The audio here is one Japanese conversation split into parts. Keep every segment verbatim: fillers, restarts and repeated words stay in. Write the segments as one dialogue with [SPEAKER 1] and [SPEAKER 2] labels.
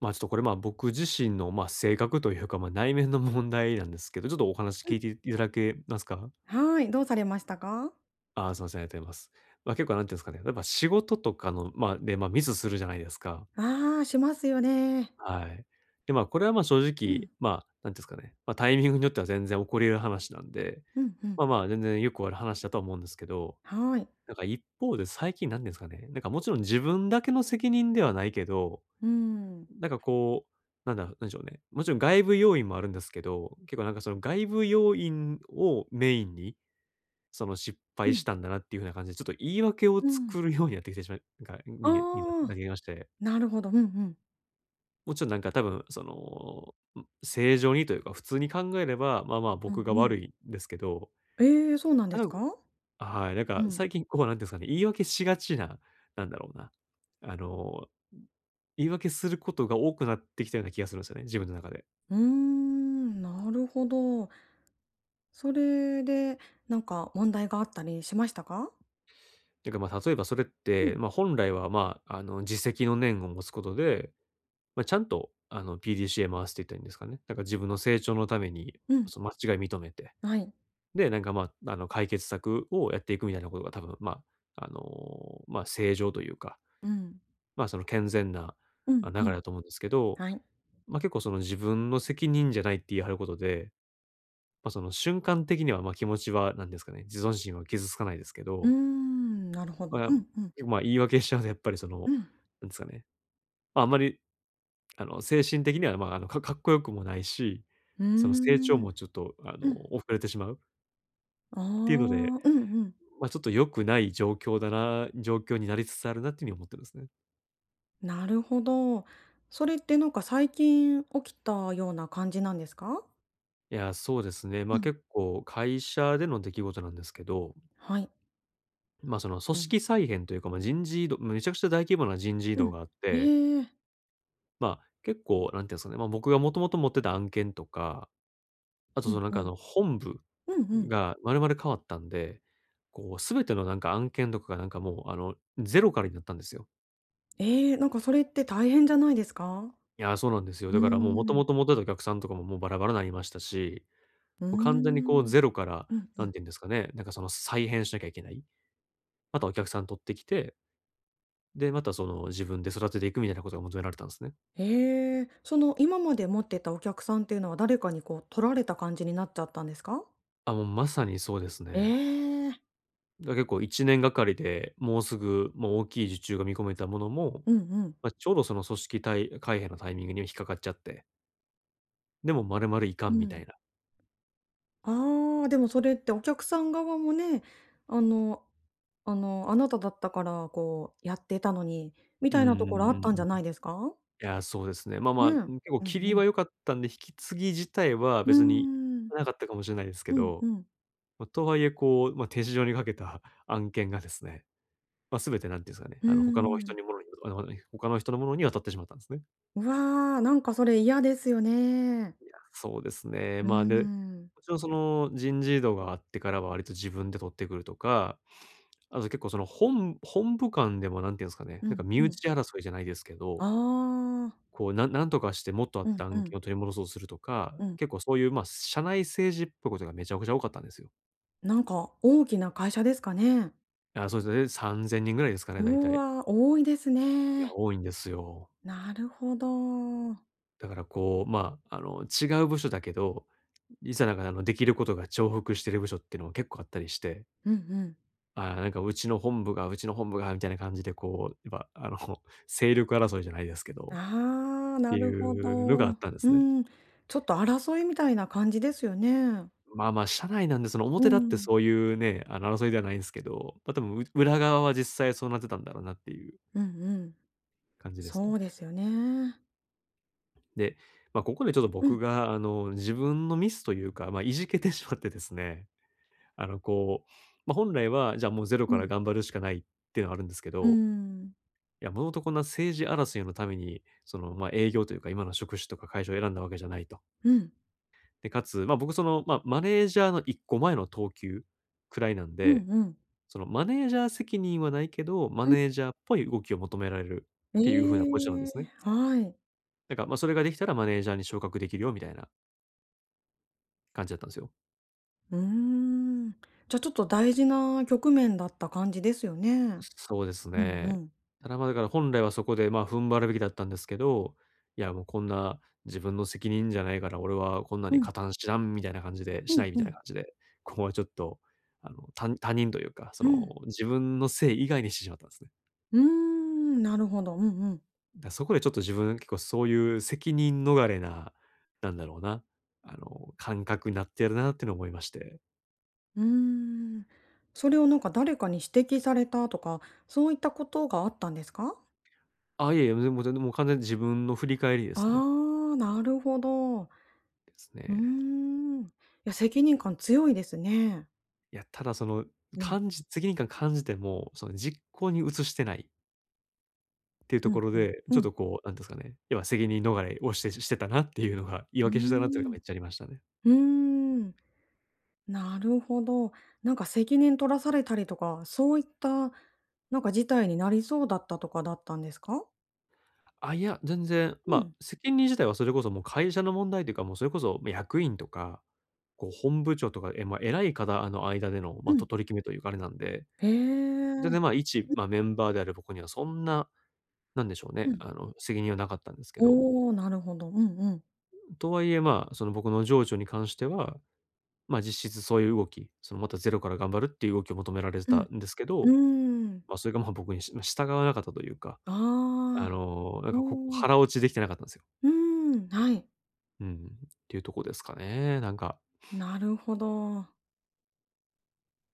[SPEAKER 1] まあ、ちょっとこれ、まあ、僕自身の、まあ、性格というか、まあ、内面の問題なんですけど、ちょっとお話聞いていただけますか？
[SPEAKER 2] はい、どうされましたか？
[SPEAKER 1] ああー、すみません、ありがとうございます。まあ、結構なんていうんですかね、例えば仕事とかの、まあ、で、まあ、ミスするじゃないですか。
[SPEAKER 2] ああ、しますよね。
[SPEAKER 1] はい。で、まあ、これは、まあ、正
[SPEAKER 2] う
[SPEAKER 1] 直、
[SPEAKER 2] ん、
[SPEAKER 1] まあ、んていうんですかね、まあ、タイミングによっては全然起こり得る話なんで、
[SPEAKER 2] うん、うん。
[SPEAKER 1] まあまあ、全然よくある話だとは思うんですけど、
[SPEAKER 2] はい。
[SPEAKER 1] なんか一方で最近なんていうんですかね、なんかもちろん自分だけの責任ではないけど、
[SPEAKER 2] うーん。
[SPEAKER 1] なんかこう、なんだ、なんでしょうね。もちろん外部要因もあるんですけど、結構なんかその外部要因をメインに、その失
[SPEAKER 2] う
[SPEAKER 1] 敗し
[SPEAKER 2] ん、
[SPEAKER 1] たんだなっていう風な感じで、ちょっと言い訳を
[SPEAKER 2] うん。
[SPEAKER 1] 作るようになってきてしまい、なんか、
[SPEAKER 2] あ
[SPEAKER 1] ににな
[SPEAKER 2] あ、
[SPEAKER 1] りまして。
[SPEAKER 2] なるほど。うんうん。
[SPEAKER 1] もちろんなんか多分その、ん、正常にというか、普通に考えれば、まあまあ
[SPEAKER 2] うん
[SPEAKER 1] 僕が
[SPEAKER 2] うん。
[SPEAKER 1] 悪いんですけど、
[SPEAKER 2] ええ、そうなん
[SPEAKER 1] あ
[SPEAKER 2] です
[SPEAKER 1] の
[SPEAKER 2] か？
[SPEAKER 1] はい、なん
[SPEAKER 2] う
[SPEAKER 1] か
[SPEAKER 2] ん。
[SPEAKER 1] 最近こうなんていうんですかね、言い訳しがちな、なんだろうな、あの、言い訳することが多くなってきたような気がするんですよね、自分の中で。
[SPEAKER 2] うーん、なるほど。それで、なんか問題があったりしましたか？
[SPEAKER 1] てか、まあ、例えばそれっ
[SPEAKER 2] う
[SPEAKER 1] て、
[SPEAKER 2] ん、
[SPEAKER 1] まあ、本来は、まあ、あの、実績の念を持つことで、まあ、ちゃんと、あの、ピーディーシーエー 回すっていったらいいんですかね。なんか自分の成長のために、
[SPEAKER 2] うん。
[SPEAKER 1] その間違い認めて、
[SPEAKER 2] はい。
[SPEAKER 1] で、なんか、まあ、あの、解決策をやっていくみたいなことが多分、まあ、あの、まあ、正常というか、
[SPEAKER 2] うん。
[SPEAKER 1] まあ、その健全な
[SPEAKER 2] うん
[SPEAKER 1] あ流
[SPEAKER 2] う
[SPEAKER 1] れ
[SPEAKER 2] ん。
[SPEAKER 1] だと思うんですけど、
[SPEAKER 2] はい。
[SPEAKER 1] まあ、結構その自分の責任じゃないって言い張ることで、まあ、その瞬間的には、まあ、気持ちは、なんですかね、自尊心は傷つかないですけ
[SPEAKER 2] うー
[SPEAKER 1] ど、
[SPEAKER 2] ん、なるほど。
[SPEAKER 1] まあ、
[SPEAKER 2] うんうん。
[SPEAKER 1] まあ、言い訳しちゃうと、やっぱりそ
[SPEAKER 2] う
[SPEAKER 1] の、
[SPEAKER 2] ん。
[SPEAKER 1] なんですかね、まあ、あんまり、あの、精神的には、まあ、あの、か かっこよくもないし、
[SPEAKER 2] うー
[SPEAKER 1] その、成長
[SPEAKER 2] ん。
[SPEAKER 1] もちょっと、あの、
[SPEAKER 2] うん。
[SPEAKER 1] 遅れてしまう
[SPEAKER 2] ああ、
[SPEAKER 1] っていうので、
[SPEAKER 2] うんうん。
[SPEAKER 1] まあ、ちょっと良くない状況だな状況になりつつあるなっていう風に思ってるんですね。
[SPEAKER 2] なるほど。それってなんか最近起きたような感じなんですか？
[SPEAKER 1] いや、そうですね。ま
[SPEAKER 2] う
[SPEAKER 1] あ、
[SPEAKER 2] ん。
[SPEAKER 1] 結構会社での出来事なんですけど、
[SPEAKER 2] はい。
[SPEAKER 1] まあ、その、組
[SPEAKER 2] うん。
[SPEAKER 1] 織再編というか、まあ、人事異動、めちゃくちゃ大規模な人事異
[SPEAKER 2] う
[SPEAKER 1] 動
[SPEAKER 2] ん。
[SPEAKER 1] があって、
[SPEAKER 2] ええ。
[SPEAKER 1] まあ、結構、なんていうんですかね、まあ、僕がもともと持ってた案件とか、あと、
[SPEAKER 2] う
[SPEAKER 1] そ
[SPEAKER 2] ん
[SPEAKER 1] の、なんか、
[SPEAKER 2] う
[SPEAKER 1] あ
[SPEAKER 2] ん。
[SPEAKER 1] の、本部
[SPEAKER 2] うんうん。
[SPEAKER 1] が丸々変わったんで、こう、全ての、なんか、案件とかが、なんか、もう、あの、ゼロからになったんですよ。
[SPEAKER 2] ええ、なんかそれって大変じゃないですか？
[SPEAKER 1] いや、そうなんですよ。
[SPEAKER 2] う
[SPEAKER 1] だ
[SPEAKER 2] ー
[SPEAKER 1] から、もう、元と
[SPEAKER 2] ん。
[SPEAKER 1] もと持ってたお客さんとかも、もう、バラバラになりましたし、
[SPEAKER 2] うー
[SPEAKER 1] もう、完全に、こ
[SPEAKER 2] ん。
[SPEAKER 1] う、
[SPEAKER 2] うん。
[SPEAKER 1] ゼロから、
[SPEAKER 2] うん。
[SPEAKER 1] なんていうんですかね、なんか、その、再編しなきゃいけない。またお客さん取ってきて、で、また、その、自分で育てていくみたいなことが求められたんですね。
[SPEAKER 2] ええ、その今まで持ってたお客さんっていうのは誰かにこう取られた感じになっちゃったんですか？
[SPEAKER 1] あ、もう、まさにそうです
[SPEAKER 2] え
[SPEAKER 1] ね。
[SPEAKER 2] え。
[SPEAKER 1] だ、結構いちねんがかりで、もうすぐ、もう、大きい受注が見込めたものも、
[SPEAKER 2] うんうん。
[SPEAKER 1] ま、ちょうどその組織たい改編のタイミングに引っかかっちゃって、でも丸々いか
[SPEAKER 2] う
[SPEAKER 1] んみた
[SPEAKER 2] ん。
[SPEAKER 1] いな。
[SPEAKER 2] ああ、でもそれってお客さん側もね、あのあの、あなただったから、こう、やってたのに、み
[SPEAKER 1] うん
[SPEAKER 2] たいな
[SPEAKER 1] う
[SPEAKER 2] と
[SPEAKER 1] ん
[SPEAKER 2] ころあ
[SPEAKER 1] う
[SPEAKER 2] っ
[SPEAKER 1] んう
[SPEAKER 2] たんじゃ
[SPEAKER 1] ん。
[SPEAKER 2] ないですか？
[SPEAKER 1] いや、そうですね。ま、
[SPEAKER 2] ね
[SPEAKER 1] ま、
[SPEAKER 2] え。う
[SPEAKER 1] ん、
[SPEAKER 2] ん
[SPEAKER 1] 結構切
[SPEAKER 2] う
[SPEAKER 1] り
[SPEAKER 2] ん。
[SPEAKER 1] は良かったんで、引き継ぎ自体は
[SPEAKER 2] うー
[SPEAKER 1] 別に
[SPEAKER 2] ん。
[SPEAKER 1] なかったかもしれないですけ
[SPEAKER 2] うん
[SPEAKER 1] ど、
[SPEAKER 2] うん。
[SPEAKER 1] ま、とはいえこう、ま、手塩にかけた案件がですね、ま、全て何て言うんすかね、
[SPEAKER 2] うー
[SPEAKER 1] あの、他の人
[SPEAKER 2] ん。
[SPEAKER 1] にものにあの、他の人のものに渡ってしまったんですね。
[SPEAKER 2] うわ、なんかそれ嫌ですよね。
[SPEAKER 1] そうですね。
[SPEAKER 2] うー
[SPEAKER 1] まあ、で、
[SPEAKER 2] ん。
[SPEAKER 1] もちろんその人事異動があってからは割と自分で取ってくるとか、あと結構その本本部間でも何て言うんですかね、
[SPEAKER 2] う
[SPEAKER 1] なんか
[SPEAKER 2] ん
[SPEAKER 1] 身
[SPEAKER 2] うん。
[SPEAKER 1] 内争いじゃないですけ
[SPEAKER 2] あ
[SPEAKER 1] ど、
[SPEAKER 2] あ。
[SPEAKER 1] こう、なんなんとかしてもっとあっ
[SPEAKER 2] うん
[SPEAKER 1] た
[SPEAKER 2] う
[SPEAKER 1] 案
[SPEAKER 2] ん
[SPEAKER 1] 件を取り戻そうとするとか、
[SPEAKER 2] うん。
[SPEAKER 1] 結構そういう、まあ、社内政治っぽいことがめちゃくちゃ多かったんですよ。
[SPEAKER 2] なんか大きな会社ですかね？
[SPEAKER 1] あ、そうですね、さんぜんにんぐらいですかね、大
[SPEAKER 2] う
[SPEAKER 1] 体。
[SPEAKER 2] わ、多いです
[SPEAKER 1] いや、
[SPEAKER 2] ね。
[SPEAKER 1] 多いんですよ。
[SPEAKER 2] なるほど。
[SPEAKER 1] だからこう、まあ、あの、違う部署だけど、いざなんかあの、できることが重複してる部署っていうのも結構あったりして、
[SPEAKER 2] うんうん。
[SPEAKER 1] ああ、なんかうちの本部が、うちの本部がみたいな感じでこう、やっぱあの、勢力争いじゃないですけど、
[SPEAKER 2] ああ、
[SPEAKER 1] って
[SPEAKER 2] なるほ
[SPEAKER 1] いうのが
[SPEAKER 2] ど。
[SPEAKER 1] あっ
[SPEAKER 2] う
[SPEAKER 1] たんで
[SPEAKER 2] ー
[SPEAKER 1] すね。
[SPEAKER 2] ん。ちょっと争いみたいな感じですよね。
[SPEAKER 1] まあまあ、社内なんで、その
[SPEAKER 2] う
[SPEAKER 1] 表だって
[SPEAKER 2] ん。
[SPEAKER 1] そういうね、あの、争いではないんですけど、ま、多分う裏側は実際そうなってたんだろうなっていう
[SPEAKER 2] うんうん。
[SPEAKER 1] 感じです
[SPEAKER 2] そ
[SPEAKER 1] と。
[SPEAKER 2] うですよね。
[SPEAKER 1] で、まあ、ここでちょっと
[SPEAKER 2] う
[SPEAKER 1] 僕
[SPEAKER 2] ん
[SPEAKER 1] があの、自分のミスというか、まあ、いじけてしまってですね、あの、こう、まあ、本来は、じゃあもうゼロ
[SPEAKER 2] う
[SPEAKER 1] から
[SPEAKER 2] ん。
[SPEAKER 1] 頑張るしかないっていうのはあるんですけ
[SPEAKER 2] う
[SPEAKER 1] ど、
[SPEAKER 2] ん。
[SPEAKER 1] いや、もともとこんな政治争いのために、その、まあ、営業というか、今の職種とか会社を選んだわけじゃないと。
[SPEAKER 2] うん。
[SPEAKER 1] で、かつ、まあ、僕その、まあ、マネージャーの一個前の等級くらいなん
[SPEAKER 2] う
[SPEAKER 1] で、
[SPEAKER 2] んうん。
[SPEAKER 1] そのマネージャー責任はないけど、マ
[SPEAKER 2] うん。
[SPEAKER 1] ネージャーっぽい動きを求められる
[SPEAKER 2] え
[SPEAKER 1] っていう風なポジションなんで
[SPEAKER 2] え、
[SPEAKER 1] すね。
[SPEAKER 2] はい。
[SPEAKER 1] だから、まあ、それができたらマネージャーに昇格できるよみたいな感じだったんですよ。
[SPEAKER 2] うーん。じゃ、ちょっと大事な局面だった感じですよね。
[SPEAKER 1] そうです
[SPEAKER 2] うんう
[SPEAKER 1] ね。
[SPEAKER 2] ん。
[SPEAKER 1] ただ、ま、だから本来はそこで、ま、踏ん張るべきだったんですけど、いや、もうこんな自分の責任じゃないから、俺はこんな
[SPEAKER 2] う
[SPEAKER 1] に
[SPEAKER 2] ん。
[SPEAKER 1] 加担しなんみたいな感じでし
[SPEAKER 2] う
[SPEAKER 1] な
[SPEAKER 2] ん
[SPEAKER 1] いみ
[SPEAKER 2] う
[SPEAKER 1] たいな
[SPEAKER 2] ん。
[SPEAKER 1] 感じで、ここはちょっと、あの、た他人というか、そ
[SPEAKER 2] う
[SPEAKER 1] の、
[SPEAKER 2] ん。
[SPEAKER 1] 自分のせい以外にしてしまったんですね。
[SPEAKER 2] うーん、なるほど。うんうん。
[SPEAKER 1] だ、そこでちょっと自分、結構そういう責任逃れな、なんだろうな、あの、感覚になってるなっていうのを思いまして。
[SPEAKER 2] うーん。それをなんか誰かに指摘されたとか、そういったことがあったんですか？
[SPEAKER 1] あ、いえいえ、もうもう完全に自分の振り返りで
[SPEAKER 2] ああ
[SPEAKER 1] すね。
[SPEAKER 2] ー、なるほど。
[SPEAKER 1] です
[SPEAKER 2] うー
[SPEAKER 1] ね。
[SPEAKER 2] ん。いや、責任感強いですね。
[SPEAKER 1] いや、ただその、
[SPEAKER 2] うん、
[SPEAKER 1] 感じ責任感感じても、その実行に移してないっていう
[SPEAKER 2] う
[SPEAKER 1] と
[SPEAKER 2] ん
[SPEAKER 1] ころ
[SPEAKER 2] うん、
[SPEAKER 1] で、ちょっ
[SPEAKER 2] うん。
[SPEAKER 1] とこう、なんていうんですかね、要は責任逃れをしてしてたなっていうのが、言い
[SPEAKER 2] うー
[SPEAKER 1] 訳してたなっていうの
[SPEAKER 2] ん、
[SPEAKER 1] が
[SPEAKER 2] う
[SPEAKER 1] めっちゃありましたね。
[SPEAKER 2] ーん、なるほど。なんか責任取らされたりとか、そういった、なんか事態になりそうだったとかだったんですか？
[SPEAKER 1] あ、いや、全然、
[SPEAKER 2] う
[SPEAKER 1] まあ、
[SPEAKER 2] ん、
[SPEAKER 1] 責任自体はそれこそもう会社の問題というか、もうそれこそ、ま、役員とか、こう本部長とか、え、まあ、偉い方あの間での、
[SPEAKER 2] う
[SPEAKER 1] まあ、と
[SPEAKER 2] ん。
[SPEAKER 1] 取り決めというかあれなんで、
[SPEAKER 2] へ
[SPEAKER 1] 全
[SPEAKER 2] え。
[SPEAKER 1] 然、まあ、一、まあ、メンバーである僕にはそんな、なんでしょう
[SPEAKER 2] う
[SPEAKER 1] ね、
[SPEAKER 2] ん。
[SPEAKER 1] あの、責任はなかったんですけど、
[SPEAKER 2] おお、なるほど。うんうん。
[SPEAKER 1] とはいえ、まあ、その僕の上長に関しては、まあ、実質そういう動き、その、またゼロから頑張るっていう動きを求められて
[SPEAKER 2] う
[SPEAKER 1] た
[SPEAKER 2] ん。
[SPEAKER 1] んですけ
[SPEAKER 2] う
[SPEAKER 1] ど、
[SPEAKER 2] ーん。
[SPEAKER 1] まあ、それが、まあ、僕に、しま、従わなかったというか、
[SPEAKER 2] あ
[SPEAKER 1] あ
[SPEAKER 2] あ、
[SPEAKER 1] の、なん
[SPEAKER 2] う
[SPEAKER 1] か、ここ
[SPEAKER 2] ーん、
[SPEAKER 1] 腹落ちできてなかったんですよ。
[SPEAKER 2] うーん、はい、
[SPEAKER 1] うんっていうとこですかね。なんか、
[SPEAKER 2] なるほど。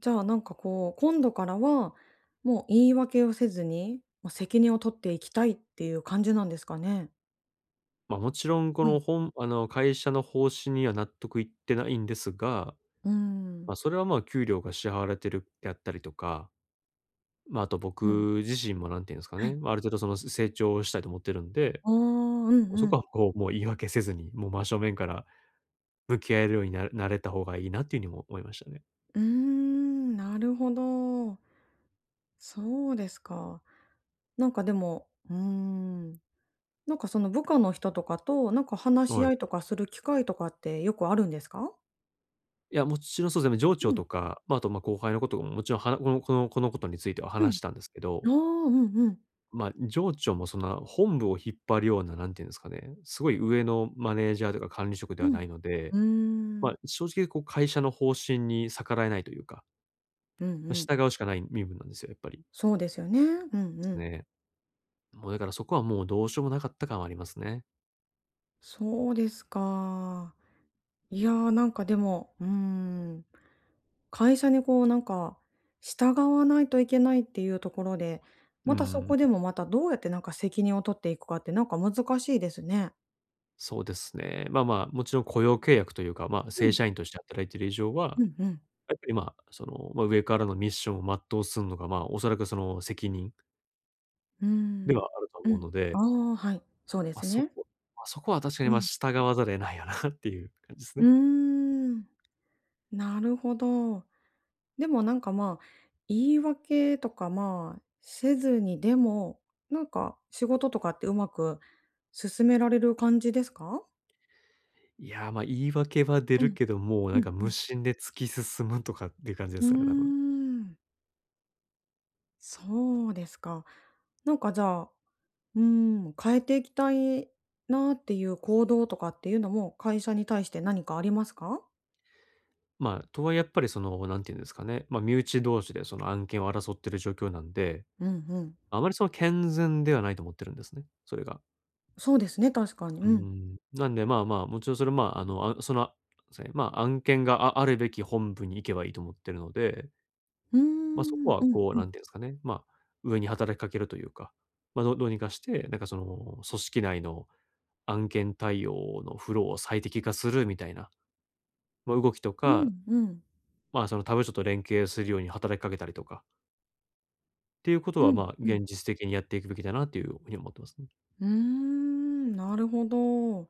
[SPEAKER 2] じゃあ、なんかこう、今度からは、もう言い訳をせずに、まあ、責任を取っていきたいっていう感じなんですかね？
[SPEAKER 1] ま、もちろんこ
[SPEAKER 2] う
[SPEAKER 1] の、
[SPEAKER 2] ん。
[SPEAKER 1] 本あの、会社の方針には納得いってないんですが、
[SPEAKER 2] うーん。
[SPEAKER 1] ま、それは、まあ、給料が支払われてるであったりとか、まあ、あと僕
[SPEAKER 2] うん、
[SPEAKER 1] 自身もなんていうんですか
[SPEAKER 2] は
[SPEAKER 1] ね、
[SPEAKER 2] い。
[SPEAKER 1] ま、あある程度その、成長したいと思ってるんで、
[SPEAKER 2] ああ、うん
[SPEAKER 1] そ
[SPEAKER 2] う
[SPEAKER 1] こ
[SPEAKER 2] ん。
[SPEAKER 1] は、こう、もう言い訳せずに、もう真正面から向き合えるようにななれた方がいいなっていう風にも思いましたね。
[SPEAKER 2] うーん、なるほど。そうですか。なんかでも、うーん、なんかその部下の人とかと、なんか話し
[SPEAKER 1] はい。
[SPEAKER 2] 合いとかする機会とかってよくあるんですか？
[SPEAKER 1] いや、もちろんそうですね、上長
[SPEAKER 2] うん、
[SPEAKER 1] とか、ま、あと、ま、後輩のことももちろん、はなこのこのこのことについては
[SPEAKER 2] うん。
[SPEAKER 1] 話したんですけど、
[SPEAKER 2] ああ、うんうん。
[SPEAKER 1] ま、上長もそんな本部を引っ張るような、何て言うんですかね、すごい上のマネージャーとか管理職で
[SPEAKER 2] う
[SPEAKER 1] はな
[SPEAKER 2] ん。
[SPEAKER 1] いので、
[SPEAKER 2] うー
[SPEAKER 1] ま、
[SPEAKER 2] ん。
[SPEAKER 1] 正直こう会社の方針に逆らえないというか、
[SPEAKER 2] うんう
[SPEAKER 1] ま、
[SPEAKER 2] ん。
[SPEAKER 1] 従うしかない身分なんですよ、やっぱり。
[SPEAKER 2] そうですよね。うんうん。
[SPEAKER 1] ね。もうだからそこはもうどうしようもなかった感はありますね。
[SPEAKER 2] そうですか。いやー、なんかでも、うーん、会社にこうなんか、従わないといけないっていうところで、
[SPEAKER 1] うう
[SPEAKER 2] またそこ
[SPEAKER 1] ん
[SPEAKER 2] でもまたどうやってなんか責任を取っていくかってなんか難しいですね。
[SPEAKER 1] そうですね。まあまあ、もちろん雇用契約というか、まあ、
[SPEAKER 2] う
[SPEAKER 1] 正
[SPEAKER 2] ん、
[SPEAKER 1] 社員として働いている以上は、
[SPEAKER 2] うん、うん。
[SPEAKER 1] やっぱり、まあ、その、まあ、上からのミッションを全うすんのが、まあ、おそらくその責任
[SPEAKER 2] うー
[SPEAKER 1] で
[SPEAKER 2] ん。
[SPEAKER 1] はあると
[SPEAKER 2] う
[SPEAKER 1] 思う
[SPEAKER 2] ん。
[SPEAKER 1] の
[SPEAKER 2] あ
[SPEAKER 1] で、
[SPEAKER 2] あ、はい、そうで
[SPEAKER 1] まあ、
[SPEAKER 2] す
[SPEAKER 1] そこ
[SPEAKER 2] ね。
[SPEAKER 1] まあ、そこは確かに、
[SPEAKER 2] う
[SPEAKER 1] まあ、
[SPEAKER 2] ん。
[SPEAKER 1] 従わざるを得ないよな っていう感じです
[SPEAKER 2] うー
[SPEAKER 1] ね。
[SPEAKER 2] ん、なるほど。でもなんか、まあ、言い訳とか、まあ、せずにでも、なんか仕事とかってうまく進められる感じですか？
[SPEAKER 1] いやー、まあ、言い訳は出
[SPEAKER 2] う
[SPEAKER 1] る
[SPEAKER 2] ん、
[SPEAKER 1] けど、もうな
[SPEAKER 2] う
[SPEAKER 1] ん
[SPEAKER 2] ん
[SPEAKER 1] か
[SPEAKER 2] う
[SPEAKER 1] 無
[SPEAKER 2] ん。
[SPEAKER 1] 心で突き進むとかっていう感じで
[SPEAKER 2] う
[SPEAKER 1] すかね、多分。
[SPEAKER 2] ーん、そうですか。なんかじゃあ、うーん、変えていきたいなっていう行動とかっていうのも、会社に対して何かありますか？
[SPEAKER 1] まあ、とはいえやっぱりその、なんていうんですかね、まあ、身内同士でその案件を争ってる状況なんで、
[SPEAKER 2] うんうん。
[SPEAKER 1] あまりその健全ではないと思ってるんですね、それが。
[SPEAKER 2] そうですね、確かに。
[SPEAKER 1] うー
[SPEAKER 2] うん。
[SPEAKER 1] ん。なんで、まあまあ、もちろんそれ、まあ、あの、あその、そうですね、まあ、案件がああるべき本部に行けばいいと思ってるので、
[SPEAKER 2] うー
[SPEAKER 1] まあ、そこ
[SPEAKER 2] ん、
[SPEAKER 1] は
[SPEAKER 2] うん
[SPEAKER 1] こう、
[SPEAKER 2] う
[SPEAKER 1] な
[SPEAKER 2] ん。
[SPEAKER 1] んていうんですかね、まあ、上に働きかけるというか、まあ、どどうにかして、なんかその、組織内の案件対応のフローを最適化するみたいな、まあ、動きと
[SPEAKER 2] う
[SPEAKER 1] か、
[SPEAKER 2] んうん。
[SPEAKER 1] まあ、その他部署と連携するように働きかけたりとかっていうこと
[SPEAKER 2] う
[SPEAKER 1] は、
[SPEAKER 2] ん、
[SPEAKER 1] まあ、
[SPEAKER 2] うん。
[SPEAKER 1] 現実的にやっていくべきだなっていうふうに思ってますね。
[SPEAKER 2] うーん、なるほど。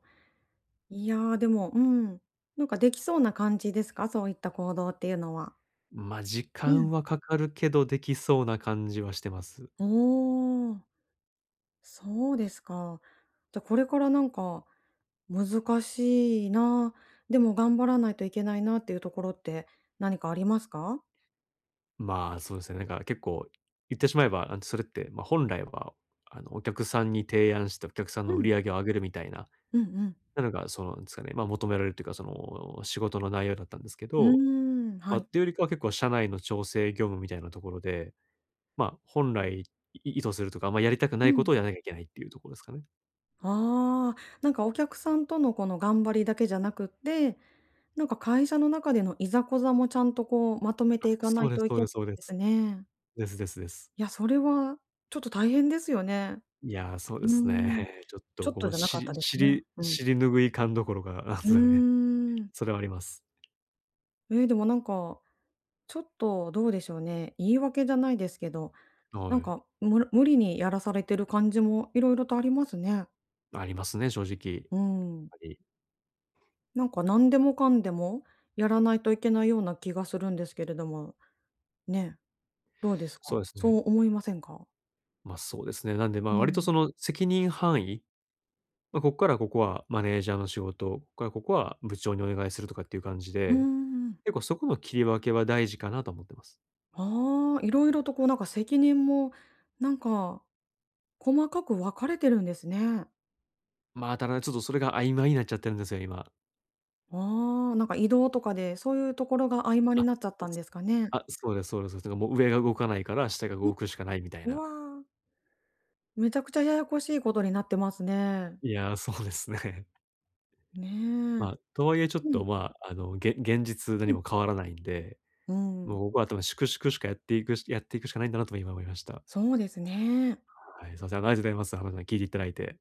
[SPEAKER 2] いやー、でも、うん。なんかできそうな感じですか？そういった行動っていうのは。
[SPEAKER 1] まあ、時
[SPEAKER 2] う
[SPEAKER 1] 間
[SPEAKER 2] ん。
[SPEAKER 1] はかかるけど、できそうな感じはしてます。
[SPEAKER 2] おお、そうですか。じゃ、これからなんか難しいな、でも頑張らないといけないなっていうところって何かありますか？
[SPEAKER 1] まあ、そうですね。なんか結構言ってしまえば、あの、それって、まあ、本来は、あの、お客さんに提案してお客さん
[SPEAKER 2] う
[SPEAKER 1] の売
[SPEAKER 2] ん。
[SPEAKER 1] り上げを上げるみたいな、
[SPEAKER 2] うんうん。
[SPEAKER 1] なのが、その、なんですかね、まあ、求められるというか、その、仕事の内容だったんですけ
[SPEAKER 2] う
[SPEAKER 1] ど、
[SPEAKER 2] ーん、は
[SPEAKER 1] まあ、っ
[SPEAKER 2] い。
[SPEAKER 1] ていうよりかは結構社内の調整業務みたいなところで、まあ、本来い意図するとか、まあやりたくな
[SPEAKER 2] う
[SPEAKER 1] いこ
[SPEAKER 2] ん。
[SPEAKER 1] とをやらなきゃいけないっていうところですかね。
[SPEAKER 2] ああ、なんかお客さんとのこの頑張りだけじゃなくって、なんか会社の中でのいざこざもちゃんとこうまとめていかな
[SPEAKER 1] そう
[SPEAKER 2] い
[SPEAKER 1] です
[SPEAKER 2] とい
[SPEAKER 1] そう
[SPEAKER 2] けな
[SPEAKER 1] で
[SPEAKER 2] い
[SPEAKER 1] すそうで
[SPEAKER 2] で
[SPEAKER 1] す。
[SPEAKER 2] すね。
[SPEAKER 1] ですですです。
[SPEAKER 2] いや、それはちょっと大変ですよね。
[SPEAKER 1] いやー、そう
[SPEAKER 2] う
[SPEAKER 1] ですね。
[SPEAKER 2] ーん、
[SPEAKER 1] ちょっ
[SPEAKER 2] ち
[SPEAKER 1] と
[SPEAKER 2] ょっ
[SPEAKER 1] こ
[SPEAKER 2] と
[SPEAKER 1] う、
[SPEAKER 2] じゃな
[SPEAKER 1] し
[SPEAKER 2] かった
[SPEAKER 1] り
[SPEAKER 2] ですね。
[SPEAKER 1] 尻
[SPEAKER 2] うん。
[SPEAKER 1] 尻拭い感どころか、なんで
[SPEAKER 2] う
[SPEAKER 1] すかね、
[SPEAKER 2] ーん。
[SPEAKER 1] それはあります。
[SPEAKER 2] えーでもなんか、ちょっとどうでしょうね、言い訳じゃないですけど、な
[SPEAKER 1] は
[SPEAKER 2] ん
[SPEAKER 1] い。
[SPEAKER 2] か、む無理にやらされてる感じもいろいろとありますね。
[SPEAKER 1] ありますね、正直。やっ
[SPEAKER 2] うん。
[SPEAKER 1] ぱり。
[SPEAKER 2] なんか何でもかんでもやらないといけないような気がするんですけれども、ね。どうです
[SPEAKER 1] そう
[SPEAKER 2] か？
[SPEAKER 1] です
[SPEAKER 2] そ
[SPEAKER 1] ね。
[SPEAKER 2] う思いませんか？
[SPEAKER 1] ま、そうですね。なんで、ま、
[SPEAKER 2] う
[SPEAKER 1] 割と
[SPEAKER 2] ん。
[SPEAKER 1] その責任範囲、まあ、ここからここはマネージャーの仕事、ここからここは部長にお願いするとかっていう感じ
[SPEAKER 2] うー
[SPEAKER 1] で、
[SPEAKER 2] ん。
[SPEAKER 1] 結構そこの切り分けは大事かなと思ってます。
[SPEAKER 2] ああ、いろいろとこうなんか責任も、なんか細かく分かれてるんですね。
[SPEAKER 1] ま、ただちょっとそれが曖昧になっちゃってるんですよ、今。
[SPEAKER 2] ああ、なんか移動とかで、そういうところが合間
[SPEAKER 1] あ、
[SPEAKER 2] になっちゃったん
[SPEAKER 1] す
[SPEAKER 2] ですかね。
[SPEAKER 1] あ、そうですそうです。だからもう上が動かないから下が動くしかないみたい
[SPEAKER 2] う
[SPEAKER 1] な。
[SPEAKER 2] わー、めちゃくちゃややこしいことになってますね。
[SPEAKER 1] いやー、そうですね。
[SPEAKER 2] ね
[SPEAKER 1] ま
[SPEAKER 2] え。
[SPEAKER 1] あ、とはいえちょっ
[SPEAKER 2] うん、
[SPEAKER 1] と、まあ、あの、げ現実
[SPEAKER 2] う
[SPEAKER 1] 何
[SPEAKER 2] ん。
[SPEAKER 1] も変わらないんで、
[SPEAKER 2] う
[SPEAKER 1] も
[SPEAKER 2] ん、
[SPEAKER 1] うここは多分粛々しかやっていくしやっていくしかないんだなと今思いました。
[SPEAKER 2] そうですね。
[SPEAKER 1] はい、すいません、あありがとうございます。浜田さん、聞いていただいて。